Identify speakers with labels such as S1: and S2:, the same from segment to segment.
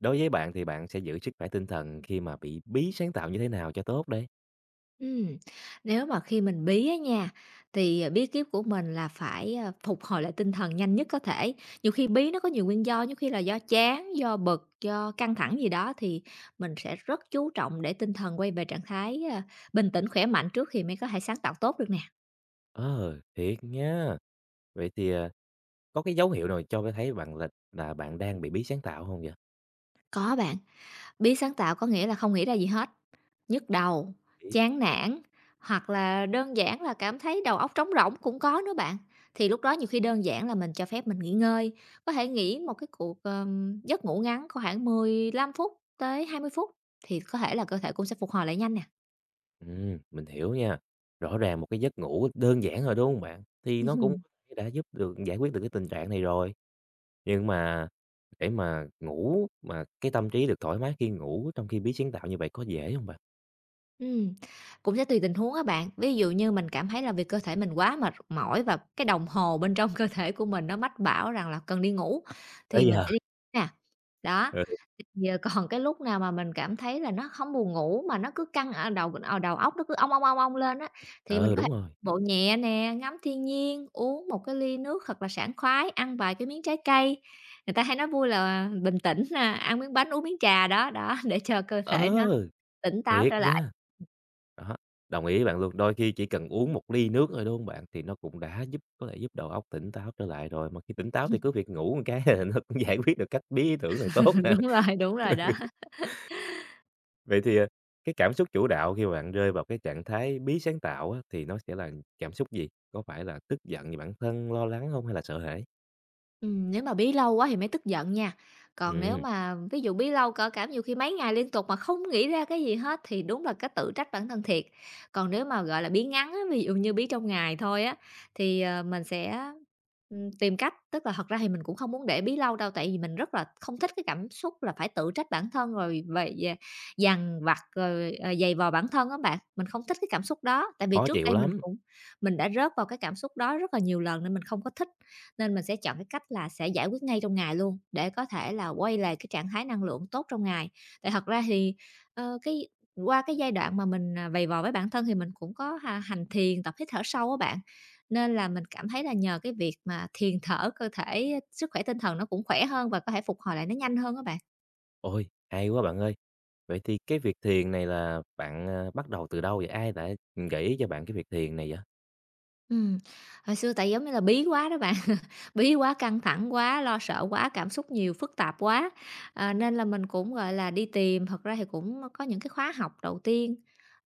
S1: Đối với bạn thì bạn sẽ giữ sức khỏe tinh thần khi mà bị bí sáng tạo như thế nào cho tốt đây?
S2: Ừm, Nếu mà khi mình bí á nha, thì, bí kíp của mình là phải, phục hồi lại tinh thần nhanh nhất có thể. Nhiều khi bí nó có nhiều nguyên do, nhiều khi là do chán, do bực, do căng thẳng gì đó thì mình sẽ rất chú trọng để tinh thần quay về trạng thái, bình tĩnh, khỏe mạnh trước thì mới có thể sáng tạo tốt được nè.
S1: Ờ, thiệt nha. Vậy thì, có cái dấu hiệu nào cho b thấy bạn là bạn đang bị bí sáng tạo không vậy?
S2: Có bạn. Biết sáng tạo có nghĩa là không nghĩ ra gì hết, nhức đầu,
S1: Bí
S2: chán nản, hoặc là đơn giản là cảm thấy đầu óc trống rỗng cũng có nữa bạn. Thì lúc đó nhiều khi đơn giản là mình cho phép mình nghỉ ngơi, có thể nghỉ một cái cuộc, giấc ngủ ngắn có khoảng 15 phút tới 20 phút, thì có thể là cơ thể cũng sẽ phục hồi lại nhanh nè.
S1: mình hiểu nha. Rõ ràng một cái giấc ngủ đơn giản thôi, đúng không bạn? Thì nó cũng có thể đã giúp được giải quyết được cái tình trạng này rồi. Nhưng mà để mà ngủ mà cái tâm trí được thoải mái khi ngủ trong khi bí sáng tạo như vậy có dễ không bạn?
S2: Ừm, Cũng sẽ tùy tình huống á bạn. Ví dụ như mình cảm thấy là vì cơ thể mình quá mệt mỏi và cái đồng hồ bên trong cơ thể của mình nó mách bảo rằng là cần đi ngủ
S1: Tới
S2: thì mình
S1: giờ.
S2: sẽ đi ngủ nè. Đó,
S1: Ừ,
S2: giờ còn cái lúc nào mà mình cảm thấy là nó không buồn ngủ mà nó cứ căng ở đầu óc nó cứ ong, ong, ong, ong lên á, thì mình
S1: ừ,
S2: có thể
S1: đúng rồi.
S2: bộ nhẹ nè, ngắm thiên nhiên, uống một cái ly nước thật là sảng khoái, ăn vài cái miếng trái cây. Người ta hay nói vui là bình tĩnh, ăn miếng bánh, uống miếng trà đó, để cho cơ thể nó
S1: Ờ,
S2: tỉnh táo
S1: thiệt
S2: trở lại.
S1: nha. Đó, đồng ý với bạn luôn. Đôi khi chỉ cần uống một ly nước thôi, đúng không bạn? Thì nó cũng đã giúp có thể giúp đầu óc tỉnh táo trở lại rồi, mà khi tỉnh táo thì cứ việc ngủ một cái nó cũng giải quyết được các bí ý tưởng này tốt nè.
S2: Đúng rồi đó.
S1: Vậy thì, cái cảm xúc chủ đạo khi mà bạn rơi vào cái trạng thái bí sáng tạo á, thì nó sẽ là cảm xúc gì? Có phải là tức giận vì bản thân, lo lắng không, hay là sợ hãi?
S2: Nếu mà bí lâu quá thì mới tức giận nha. Còn nếu
S1: Ừm,
S2: mà ví dụ bí lâu cỡ cảm nhiều khi mấy ngày liên tục mà không nghĩ ra cái gì hết thì đúng là cái tự trách bản thân thiệt. Còn nếu mà, gọi là, bí ngắn á, ví dụ như bí trong ngày thôi á, thì, mình sẽ, tìm cách tức là thật ra thì mình cũng không muốn để bí lâu đâu, tại vì mình rất là không thích cái cảm xúc là phải tự trách bản thân rồi về về dằn vặt rồi, giày vò bản thân á bạn. Mình không thích cái cảm xúc đó, tại vì
S1: khó
S2: trước
S1: chịu
S2: đây
S1: lắm.
S2: mình đã rớt vào cái cảm xúc đó rất là nhiều lần nên mình không có thích. Nên mình sẽ chọn cái cách là sẽ giải quyết ngay trong ngày luôn, để có thể là quay lại cái trạng thái năng lượng tốt trong ngày. Tại thật ra thì, ờ, cái qua cái giai đoạn mà mình, vầy vò với bản thân thì mình cũng có hành thiền, tập hít thở sâu á bạn, nên là mình cảm thấy là nhờ cái việc mà thiền thở cơ thể, sức khỏe tinh thần nó cũng khỏe hơn và có thể phục hồi lại nó nhanh hơn á bạn.
S1: Ôi, hay quá bạn ơi! Vậy thì cái việc thiền này là bạn, bắt đầu từ đâu vậy? Ai đã gợi ý cho bạn cái việc thiền này vậy?
S2: Ừm, Hồi xưa tại giống như là bí quá đó bạn, bí quá, căng thẳng quá, lo sợ quá, cảm xúc nhiều, phức tạp quá, nên là mình cũng, gọi là, đi tìm. Thật ra thì cũng có những cái khóa học đầu tiên,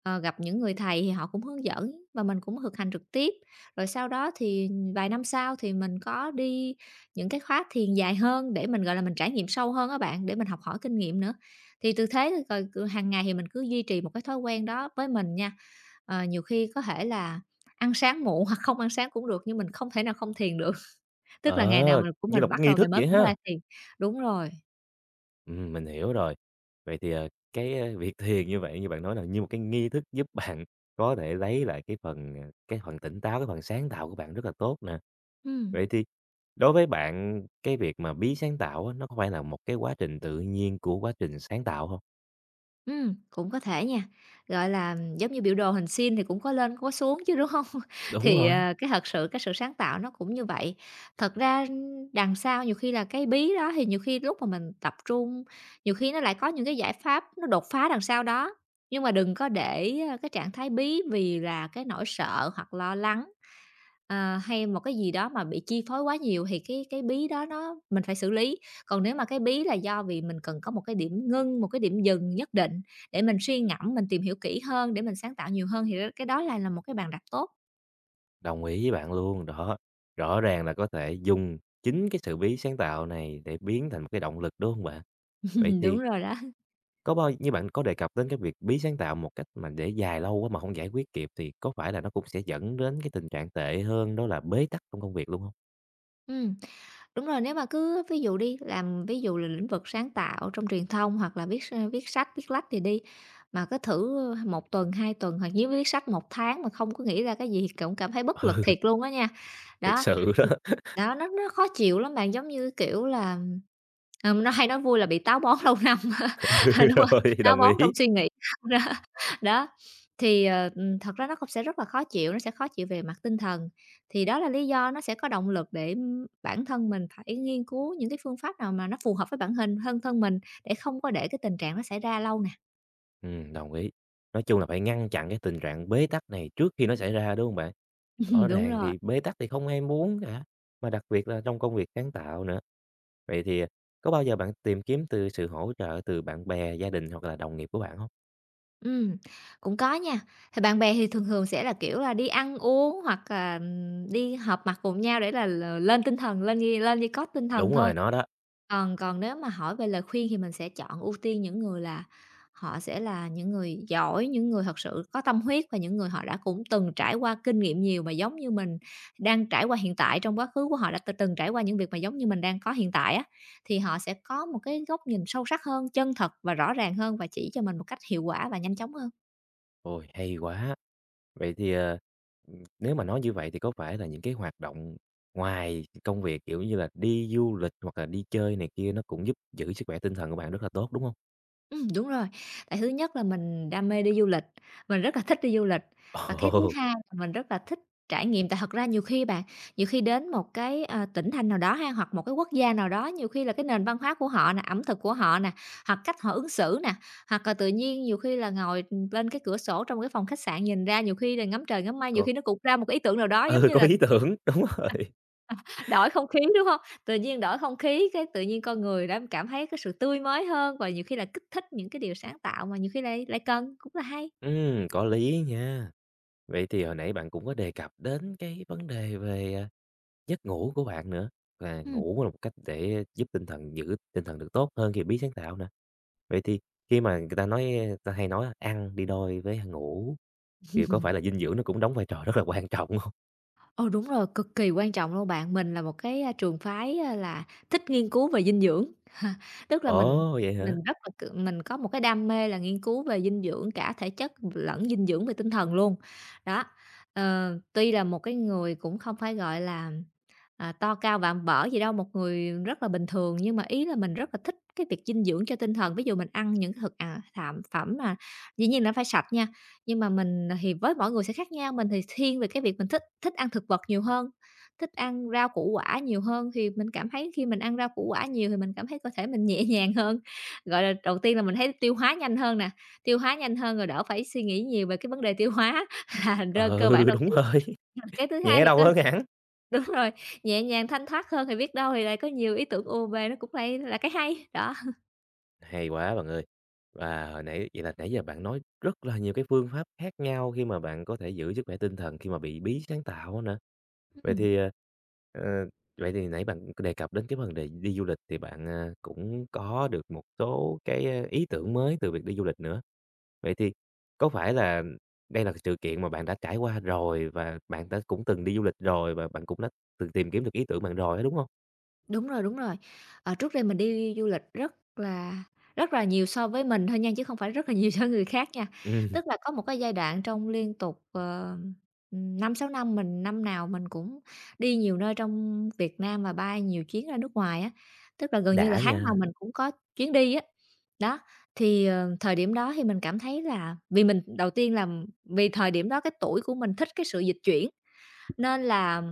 S2: gặp những người thầy thì họ cũng hướng dẫn và mình cũng thực hành trực tiếp. Rồi sau đó thì vài năm sau thì mình có đi những cái khóa thiền dài hơn để mình, gọi là, mình trải nghiệm sâu hơn á bạn, để mình học hỏi kinh nghiệm nữa. Thì từ thế rồi hàng ngày thì mình cứ duy trì một cái thói quen đó với mình nha. Nhiều khi có thể là ăn sáng muộn hoặc không ăn sáng cũng được, nhưng mình không thể nào không thiền được. Tức là ngày nào
S1: Ờ,
S2: của
S1: như là
S2: mình
S1: một cái
S2: bắt
S1: nghi
S2: đầu ngày
S1: thức
S2: mới
S1: vậy
S2: cũng phải
S1: ha?
S2: là thiền. Đúng rồi.
S1: Mình hiểu rồi. Vậy thì, việc thiền như vậy như bạn nói là như một cái nghi thức giúp bạn có thể lấy lại cái phần, cái phần tỉnh táo, cái phần sáng tạo của bạn rất là tốt nè.
S2: ừm,
S1: Vậy thì đối với bạn cái việc mà bí sáng tạo á, nó có phải là một cái quá trình tự nhiên của quá trình sáng tạo không?
S2: Cũng có thể nha, gọi là, giống như biểu đồ hình sin thì cũng có lên có xuống chứ, đúng không?
S1: Đúng
S2: Thì,
S1: rồi,
S2: thật sự cái sự sáng tạo nó cũng như vậy. Thật ra đằng sau nhiều khi là cái bí đó thì nhiều khi lúc mà mình tập trung, nhiều khi nó lại có những cái giải pháp nó đột phá đằng sau đó, nhưng mà đừng có để, cái trạng thái bí vì là cái nỗi sợ hoặc lo lắng. À, hay một cái gì đó mà bị chi phối quá nhiều thì cái bí đó nó mình phải xử lý. Còn nếu mà cái bí là do vì mình cần có một cái điểm ngưng, một cái điểm dừng nhất định để mình suy ngẫm, mình tìm hiểu kỹ hơn để mình sáng tạo nhiều hơn thì cái đó lại là một cái bàn đạp tốt.
S1: đồng ý với bạn luôn, đó. Rõ ràng là có thể dùng chính cái sự bí sáng tạo này để biến thành một cái động lực, đúng không bạn? Vậy
S2: Đúng
S1: thì
S2: rồi đó.
S1: có bao như bạn có đề cập đến cái việc bí sáng tạo một cách mà để dài lâu quá mà không giải quyết kịp thì có phải là nó cũng sẽ dẫn đến cái tình trạng tệ hơn đó là bế tắc trong công việc luôn không?
S2: Ừm. Đúng rồi, nếu mà cứ ví dụ đi, làm ví dụ là lĩnh vực sáng tạo trong truyền thông hoặc là viết sách, viết lách thì đi, mà cứ thử, một tuần, 2 tuần hoặc nếu viết sách một tháng mà không có nghĩ ra cái gì thì cũng cảm thấy bất lực thiệt luôn á nha.
S1: Thiệt
S2: Đó,
S1: sự đó,
S2: đó, nó khó chịu lắm bạn, giống như, kiểu là, nó hay nói vui là bị táo bón lâu năm
S1: ừ,
S2: đúng không?
S1: rồi,
S2: Táo
S1: đồng
S2: bón
S1: ý.
S2: trong suy nghĩ. Đó, đó, thì, thật ra nó cũng sẽ rất là khó chịu, nó sẽ khó chịu về mặt tinh thần. Thì đó là lý do nó sẽ có động lực để, bản thân mình phải nghiên cứu những cái phương pháp nào mà nó phù hợp với bản hình thân thân mình để không có để cái tình trạng nó xảy ra lâu nè.
S1: Đồng ý. Nói chung là phải ngăn chặn cái tình trạng bế tắc này trước khi nó xảy ra, đúng không bạn? Rõ
S2: Đúng
S1: ràng
S2: rồi,
S1: thì bế tắc thì không ai muốn cả, mà đặc biệt là trong công việc sáng tạo nữa. Vậy thì, có bao giờ bạn tìm kiếm từ sự hỗ trợ từ bạn bè, gia đình hoặc là đồng nghiệp của bạn không?
S2: ừm, cũng có nha. Thì bạn bè thì thường thường sẽ là, kiểu là, đi ăn uống hoặc là, đi họp mặt cùng nhau để là lên tinh thần, lên ghi lên như có tinh thần
S1: Đúng
S2: thôi.
S1: rồi, nó đó.
S2: Còn còn nếu mà hỏi về lời khuyên thì mình sẽ chọn ưu tiên những người là họ sẽ là những người giỏi, những người thật sự có tâm huyết và những người họ đã cũng từng trải qua kinh nghiệm nhiều mà giống như mình đang trải qua hiện tại. Trong quá khứ của họ đã từng trải qua những việc mà giống như mình đang có hiện tại á, thì họ sẽ có một cái góc nhìn sâu sắc hơn, chân thật và rõ ràng hơn và chỉ cho mình một cách hiệu quả và nhanh chóng hơn.
S1: Ôi, hay quá! Vậy thì, nếu mà nói như vậy thì có phải là những cái hoạt động ngoài công việc, kiểu như là đi du lịch hoặc là đi chơi này kia nó cũng giúp giữ sức khỏe tinh thần của bạn rất là tốt, đúng không?
S2: Đúng rồi. Tại thứ nhất là mình đam mê đi du lịch, mình rất là thích đi du lịch. Và cái thứ
S1: Ồ,
S2: hai là mình rất là thích trải nghiệm, tại thật ra nhiều khi bạn, nhiều khi đến một cái, tỉnh thành nào đó ha, hoặc một cái quốc gia nào đó, nhiều khi là cái nền văn hóa của họ nè, ẩm thực của họ nè, hoặc cách họ ứng xử nè, hoặc là tự nhiên nhiều khi là ngồi, bên cái cửa sổ trong cái phòng khách sạn nhìn ra, nhiều khi là ngắm trời ngắm mây, nhiều
S1: có
S2: khi nó cũng ra một cái ý tưởng nào đó giống
S1: ừ,
S2: như
S1: có
S2: là
S1: ý tưởng, đúng rồi.
S2: đổi không khí, đúng không? Tự nhiên đổi không khí, cái tự nhiên con người đã cảm thấy cái sự tươi mới hơn và nhiều khi là kích thích những cái điều sáng tạo mà nhiều khi lại lại cần, cũng là hay.
S1: Có lý nha. Vậy thì hồi nãy bạn cũng có đề cập đến cái vấn đề về, giấc ngủ của bạn nữa, là
S2: Ừ.
S1: ngủ là một cách để giúp tinh thần giữ tinh thần được tốt hơn khi biết sáng tạo nè. Vậy thì khi mà người ta hay nói ăn đi đôi với ngủ thì có phải là dinh dưỡng nó cũng đóng vai trò rất là quan trọng không?
S2: Ồ, đúng rồi, cực kỳ quan trọng luôn bạn. Mình là một cái, trường phái, là thích nghiên cứu về dinh dưỡng. Tức là mình
S1: Ồ, vậy
S2: mình
S1: hả?
S2: rất là, kiểu, mình có một cái đam mê là nghiên cứu về dinh dưỡng cả thể chất lẫn dinh dưỡng về tinh thần luôn. Đó, tuy là một cái người cũng không phải, gọi là, to cao vạm vỡ gì đâu, một người rất là bình thường, nhưng mà ý là mình rất là thích cái việc dinh dưỡng cho tinh thần. Ví dụ mình ăn những cái thực, thạm phẩm mà dĩ nhiên là phải sạch nha, nhưng mà mình thì với mỗi người sẽ khác nhau, mình thì thiên về cái việc mình thích thích ăn thực vật nhiều hơn thích ăn rau củ quả nhiều hơn thì mình cảm thấy khi mình ăn rau củ quả nhiều thì mình cảm thấy cơ thể mình nhẹ nhàng hơn. Gọi là, đầu tiên là mình thấy tiêu hóa nhanh hơn nè, tiêu hóa nhanh hơn rồi đỡ phải suy nghĩ nhiều về cái vấn đề tiêu hóa là thành cơ
S1: Ừ,
S2: bản đầu
S1: đúng
S2: tiên.
S1: rồi,
S2: Cái thứ hai
S1: nhẹ
S2: thì
S1: đâu hơn hẳn.
S2: đúng rồi, nhẹ nhàng, thanh thoát hơn thì biết đâu thì lại có nhiều ý tưởng ùa về, nó cũng lại là cái hay, đó.
S1: Hay quá bạn ơi. Và hồi nãy vậy là nãy giờ bạn nói rất là nhiều cái phương pháp khác nhau khi mà bạn có thể giữ sức khỏe tinh thần khi mà bị bí sáng tạo á nè. Vậy
S2: Ừm.
S1: thì, ờ, ờ, vậy thì nãy bạn có đề cập đến cái vấn đề đi du lịch thì bạn, cũng có được một số cái, ý tưởng mới từ việc đi du lịch nữa. Vậy thì có phải là đây là sự kiện mà bạn đã trải qua rồi và bạn đã cũng từng đi du lịch rồi và bạn cũng đã từng tìm kiếm được ý tưởng bạn rồi á, đúng không?
S2: Đúng rồi, đúng rồi. Trước đây mình đi du lịch rất là nhiều so với mình thôi nha, chứ không phải rất là nhiều so với người khác nha.
S1: Ừm,
S2: Tức là có một cái giai đoạn trong liên tục, 5 năm mình năm nào mình cũng đi nhiều nơi trong Việt Nam và bay nhiều chuyến ra nước ngoài á, tức là gần như là
S1: đã
S2: tháng nào
S1: nha,
S2: mình cũng có chuyến đi á. Đó, thì, thời điểm đó thì mình cảm thấy là vì mình đầu tiên là vì thời điểm đó cái tuổi của mình thích cái sự dịch chuyển. Nên là,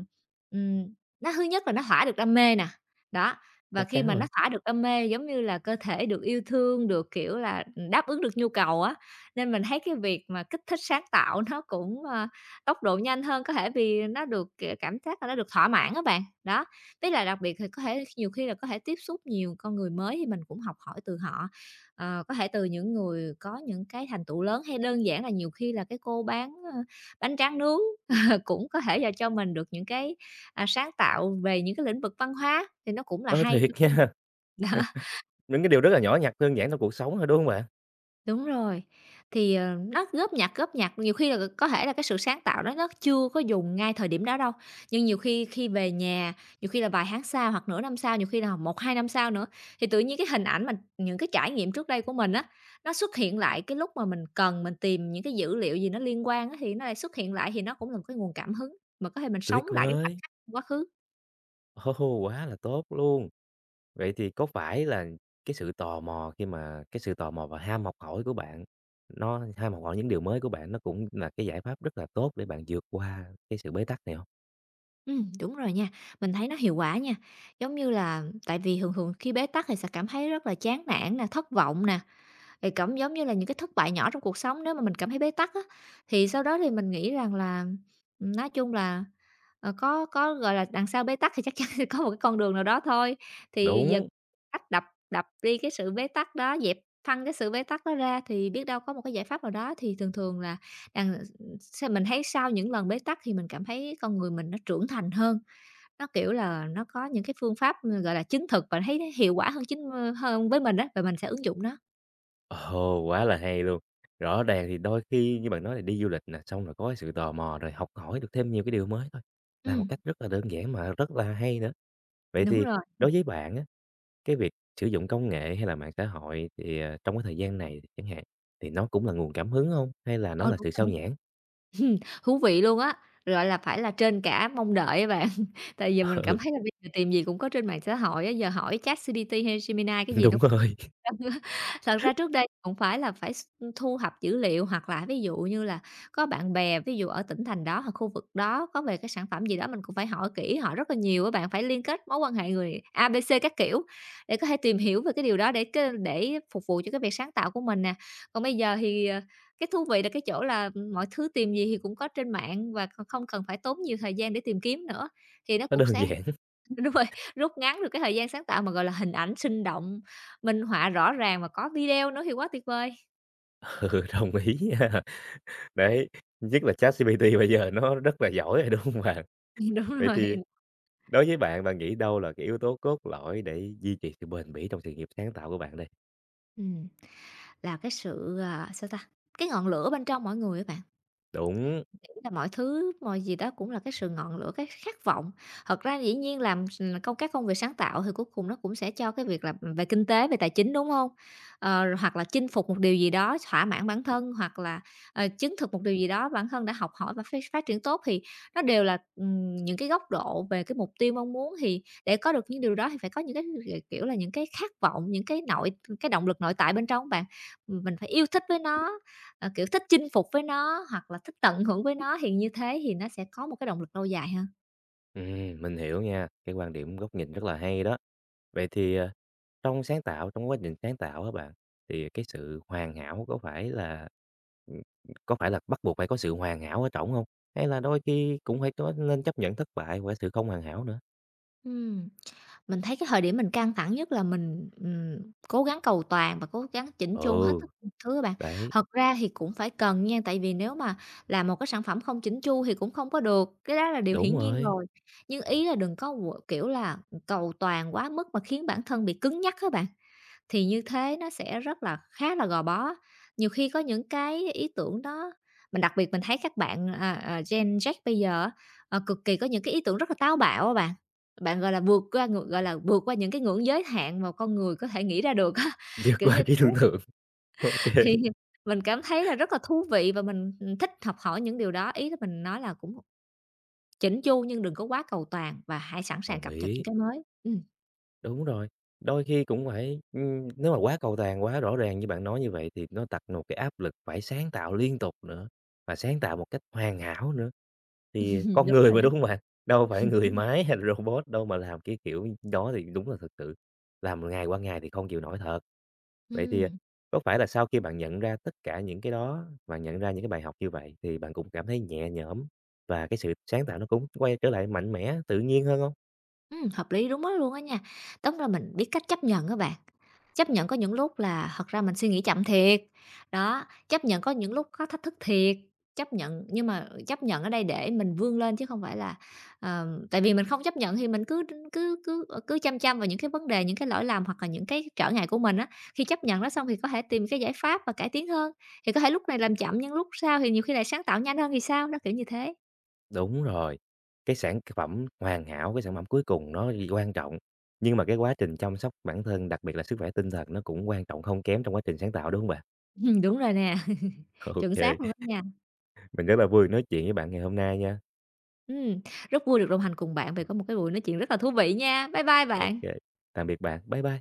S2: ừm, nó thứ nhất là nó thỏa được đam mê nè, đó, và
S1: chắc
S2: khi
S1: chắn
S2: mà nó
S1: rồi.
S2: thỏa được đam mê, giống như là, cơ thể được yêu thương, được, kiểu là, đáp ứng được nhu cầu á, nên mình thấy cái việc mà kích thích sáng tạo nó cũng, tốc độ nhanh hơn, có thể vì nó được, kiểu, cảm giác là nó được thỏa mãn các bạn. Đó, với là đặc biệt thì có thể nhiều khi là có thể tiếp xúc nhiều con người mới thì mình cũng học hỏi từ họ, có thể từ những người có những cái thành tựu lớn, hay đơn giản là nhiều khi là cái cô bán, bánh tráng nướng cũng có thể là cho mình được những cái, sáng tạo về những cái lĩnh vực văn hóa thì nó cũng là
S1: Ờ,
S2: hay,
S1: thiệt
S2: đúng không mình.
S1: nha.
S2: Đó,
S1: Những cái điều rất là nhỏ nhặt đơn giản trong cuộc sống thôi, đúng hông bạn?
S2: đúng rồi, thì, nó góp nhặt, nhiều khi là có thể là cái sự sáng tạo đó nó chưa có dùng ngay thời điểm đó đâu, nhưng nhiều khi khi về nhà, nhiều khi là vài tháng sau hoặc nửa năm sau, nhiều khi là một hai năm sau nữa, thì tự nhiên cái hình ảnh mà những cái trải nghiệm trước đây của mình á, nó xuất hiện lại cái lúc mà mình cần mình tìm những cái dữ liệu gì nó liên quan á, thì nó lại xuất hiện lại thì nó cũng là một cái nguồn cảm hứng mà có thể mình
S1: Tuyệt
S2: sống lại cái khoảnh
S1: vời!
S2: khắc quá khứ.
S1: Ồ, quá là tốt luôn! Vậy thì có phải là cái sự tò mò và ham học hỏi của bạn, nó ham học hỏi những điều mới của bạn nó cũng là cái giải pháp rất là tốt để bạn vượt qua cái sự bế tắc này hông?
S2: Đúng rồi nha, mình thấy nó hiệu quả nha. Giống như là tại vì thường thường khi bế tắc thì sẽ cảm thấy rất là chán nản nè, thất vọng nè, thì cảm giống như là những cái thất bại nhỏ trong cuộc sống nếu mà mình cảm thấy bế tắc á, thì sau đó thì mình nghĩ rằng là, nói chung là, gọi là, đằng sau bế tắc thì chắc chắn sẽ có một cái con đường nào đó thôi. Thì giờ
S1: Đúng,
S2: cách đập đập đi cái sự bế tắc đó, dẹp phăng cái sự bế tắc đó ra thì biết đâu có một cái giải pháp nào đó. Thì thường thường là đằng mình thấy sau những lần bế tắc thì mình cảm thấy con người mình nó trưởng thành hơn. Nó, kiểu là, nó có những cái phương pháp, gọi là, chứng thực và thấy hiệu quả hơn hơn với mình á, và mình sẽ ứng dụng nó.
S1: ồ, quá là hay luôn! Rõ ràng thì đôi khi như bạn nói là đi du lịch nè, xong rồi có cái sự tò mò, rồi học hỏi được thêm nhiều cái điều mới thôi, là một
S2: Ừm.
S1: cách rất là đơn giản mà rất là hay nữa. Vậy
S2: Đúng
S1: thì
S2: rồi,
S1: đối với bạn á, cái việc sử dụng công nghệ hay là mạng xã hội thì, trong cái thời gian này chẳng hạn, thì nó cũng là nguồn cảm hứng không, hay là nó
S2: ờ,
S1: là
S2: đúng
S1: sự sao
S2: rồi.
S1: nhãng?
S2: Thú vị luôn á, gọi là, phải là trên cả mong đợi á bạn. Tại vì mình cảm
S1: Ừ,
S2: thấy là bây giờ tìm gì cũng có trên mạng xã hội á, giờ hỏi ChatGPT hay Gemini cái gì nó
S1: đúng
S2: cũng
S1: rồi,
S2: thật ra trước đây cũng phải thu thập dữ liệu hoặc là ví dụ như là có bạn bè, ví dụ ở tỉnh thành đó hoặc khu vực đó có về cái sản phẩm gì đó mình cũng phải hỏi kỹ họ rất là nhiều á bạn, phải liên kết mối quan hệ người A, B, C các kiểu để có thể tìm hiểu về cái điều đó để để phục vụ cho cái việc sáng tạo của mình nè. Còn bây giờ thì cái thú vị là cái chỗ là mọi thứ tìm gì thì cũng có trên mạng và còn không cần phải tốn nhiều thời gian để tìm kiếm nữa, thì nó
S1: nó
S2: cũng
S1: đơn
S2: sẽ
S1: giản,
S2: đúng rồi, rút ngắn được cái thời gian sáng tạo mà, gọi là, hình ảnh sinh động, minh họa rõ ràng và có video nữa thì quá tuyệt vời.
S1: ừ, đồng ý nha. Đấy, nhất là ChatGPT bây giờ nó rất là giỏi rồi, đúng không bạn?
S2: Đúng
S1: Vậy thì
S2: rồi.
S1: đối với bạn, bạn nghĩ đâu là cái yếu tố cốt lõi để duy trì sự bền bỉ trong sự nghiệp sáng tạo của bạn đây?
S2: Ừm, là cái sự, cái ngọn lửa bên trong mỗi người các bạn.
S1: Đúng,
S2: Nghĩ là mọi thứ, mọi gì đó cũng là cái sự ngọn lửa, cái khát vọng. Thật ra dĩ nhiên làm s công các công việc sáng tạo thì cuối cùng nó cũng sẽ cho cái việc là, về kinh tế, về tài chính, đúng không? Rồi hoặc là chinh phục một điều gì đó, thỏa mãn bản thân, hoặc là, chứng thực một điều gì đó bản thân đã học hỏi và phát phát triển tốt thì nó đều là, những cái góc độ về cái mục tiêu mong muốn. Thì để có được những điều đó thì phải có những cái, kiểu là, những cái khát vọng, những cái nội cái động lực nội tại bên trong bạn. Mình phải yêu thích với nó, kiểu, thích chinh phục với nó hoặc là thích tận hưởng với nó thì như thế thì nó sẽ có một cái động lực lâu dài hơn.
S1: mình hiểu nha, cái quan điểm, góc nhìn rất là hay đó. Vậy thì, trong sáng tạo, trong quá trình sáng tạo á bạn, thì cái sự hoàn hảo ừm, có phải là bắt buộc phải có sự hoàn hảo ở trỏng không, hay là đôi khi cũng phải có nên chấp nhận thất bại hoặc sự không hoàn hảo nữa?
S2: Ừm, mình thấy cái thời điểm mình căng thẳng nhất là mình, cố gắng cầu toàn và cố gắng chỉnh chu hết
S1: Ừ,
S2: tất cả mọi thứ á bạn.
S1: đấy,
S2: Thật ra thì cũng phải cần nha, tại vì nếu mà làm một cái sản phẩm không chỉnh chu thì cũng không có được, cái đó là điều
S1: đúng
S2: hiển nhiên
S1: rồi,
S2: rồi. Nhưng ý là đừng có qu kiểu là, cầu toàn quá mức mà khiến bản thân bị cứng nhắc các bạn. Thì như thế nó sẽ rất là khá là gò bó. Nhiều khi có những cái ý tưởng đó mình đặc biệt mình thấy các bạn, Gen Z bây giờ á, cực kỳ có những cái ý tưởng rất là táo bạo á bạn. Bạn, gọi là, vượt qua những cái ngưỡng giới hạn mà con người có thể nghĩ ra được á,
S1: vượt
S2: kiểu như
S1: qua trí
S2: thế.
S1: tưởng tượng, ok kê.
S2: Thì mình cảm thấy là rất là thú vị và mình, ừ, thích học hỏi những điều đó. Ý là mình nói là cũng chỉnh chu nhưng đừng có quá cầu toàn và hãy sẵn sàng
S1: Đồng
S2: cập nhật những
S1: ý,
S2: cái mới.
S1: đúng rồi, đôi khi cũng phải nếu mà quá cầu toàn, quá rõ ràng như bạn nói như vậy thì nó đặt một cái áp lực phải sáng tạo liên tục nữa, và sáng tạo một cách hoàn hảo nữa. Thì con
S2: Đúng
S1: người
S2: rồi
S1: mà,
S2: đó.
S1: đúng không bạn? Đâu phải người
S2: Ừm.
S1: máy hay là robot đâu mà làm cái kiểu đó thì đúng là thực sự làm ngày qua ngày thì không chịu nổi thật. Vậy thì, có phải là sau khi bạn nhận ra tất cả những cái đó, bạn nhận ra những cái bài học như vậy thì bạn cũng cảm thấy nhẹ nhõm và cái sự sáng tạo nó cũng quay trở lại mạnh mẽ, tự nhiên hơn hông?
S2: Hợp lý, đúng đó luôn á nha. Tóm là mình biết cách chấp nhận các bạn, chấp nhận có những lúc là thật ra mình suy nghĩ chậm thiệt, đó, chấp nhận có những lúc có thách thức thiệt, chấp nhận nhưng mà chấp nhận ở đây để mình vươn lên chứ không phải là, tại vì mình không chấp nhận thì mình cứ cứ cứ, ờ, cứ chăm chăm vào những cái vấn đề, những cái lỗi lầm hoặc là những cái trở ngại của mình á. Khi chấp nhận nó xong thì có thể tìm cái giải pháp và cải tiến hơn, thì có thể lúc này làm chậm nhưng lúc sau thì nhiều khi lại sáng tạo nhanh hơn thì sao, đó, kiểu như thế.
S1: Đúng rồi, cái sản phẩm hoàn hảo, cái sản phẩm cuối cùng nó gì quan trọng, nhưng mà cái quá trình chăm sóc bản thân, đặc biệt là sức khỏe tinh thần nó cũng quan trọng không kém trong quá trình sáng tạo, đúng không bạn?
S2: Đúng rồi nè, chuẩn xác luôn
S1: Ok.
S2: đó nha.
S1: Mình rất là vui nói chuyện với bạn ngày hôm nay nha.
S2: Ừm, rất vui được đồng hành cùng bạn về có một cái buổi nói chuyện rất là thú vị nha. Bye bye
S1: Ok,
S2: bạn.
S1: tạm biệt bạn. Bye bye.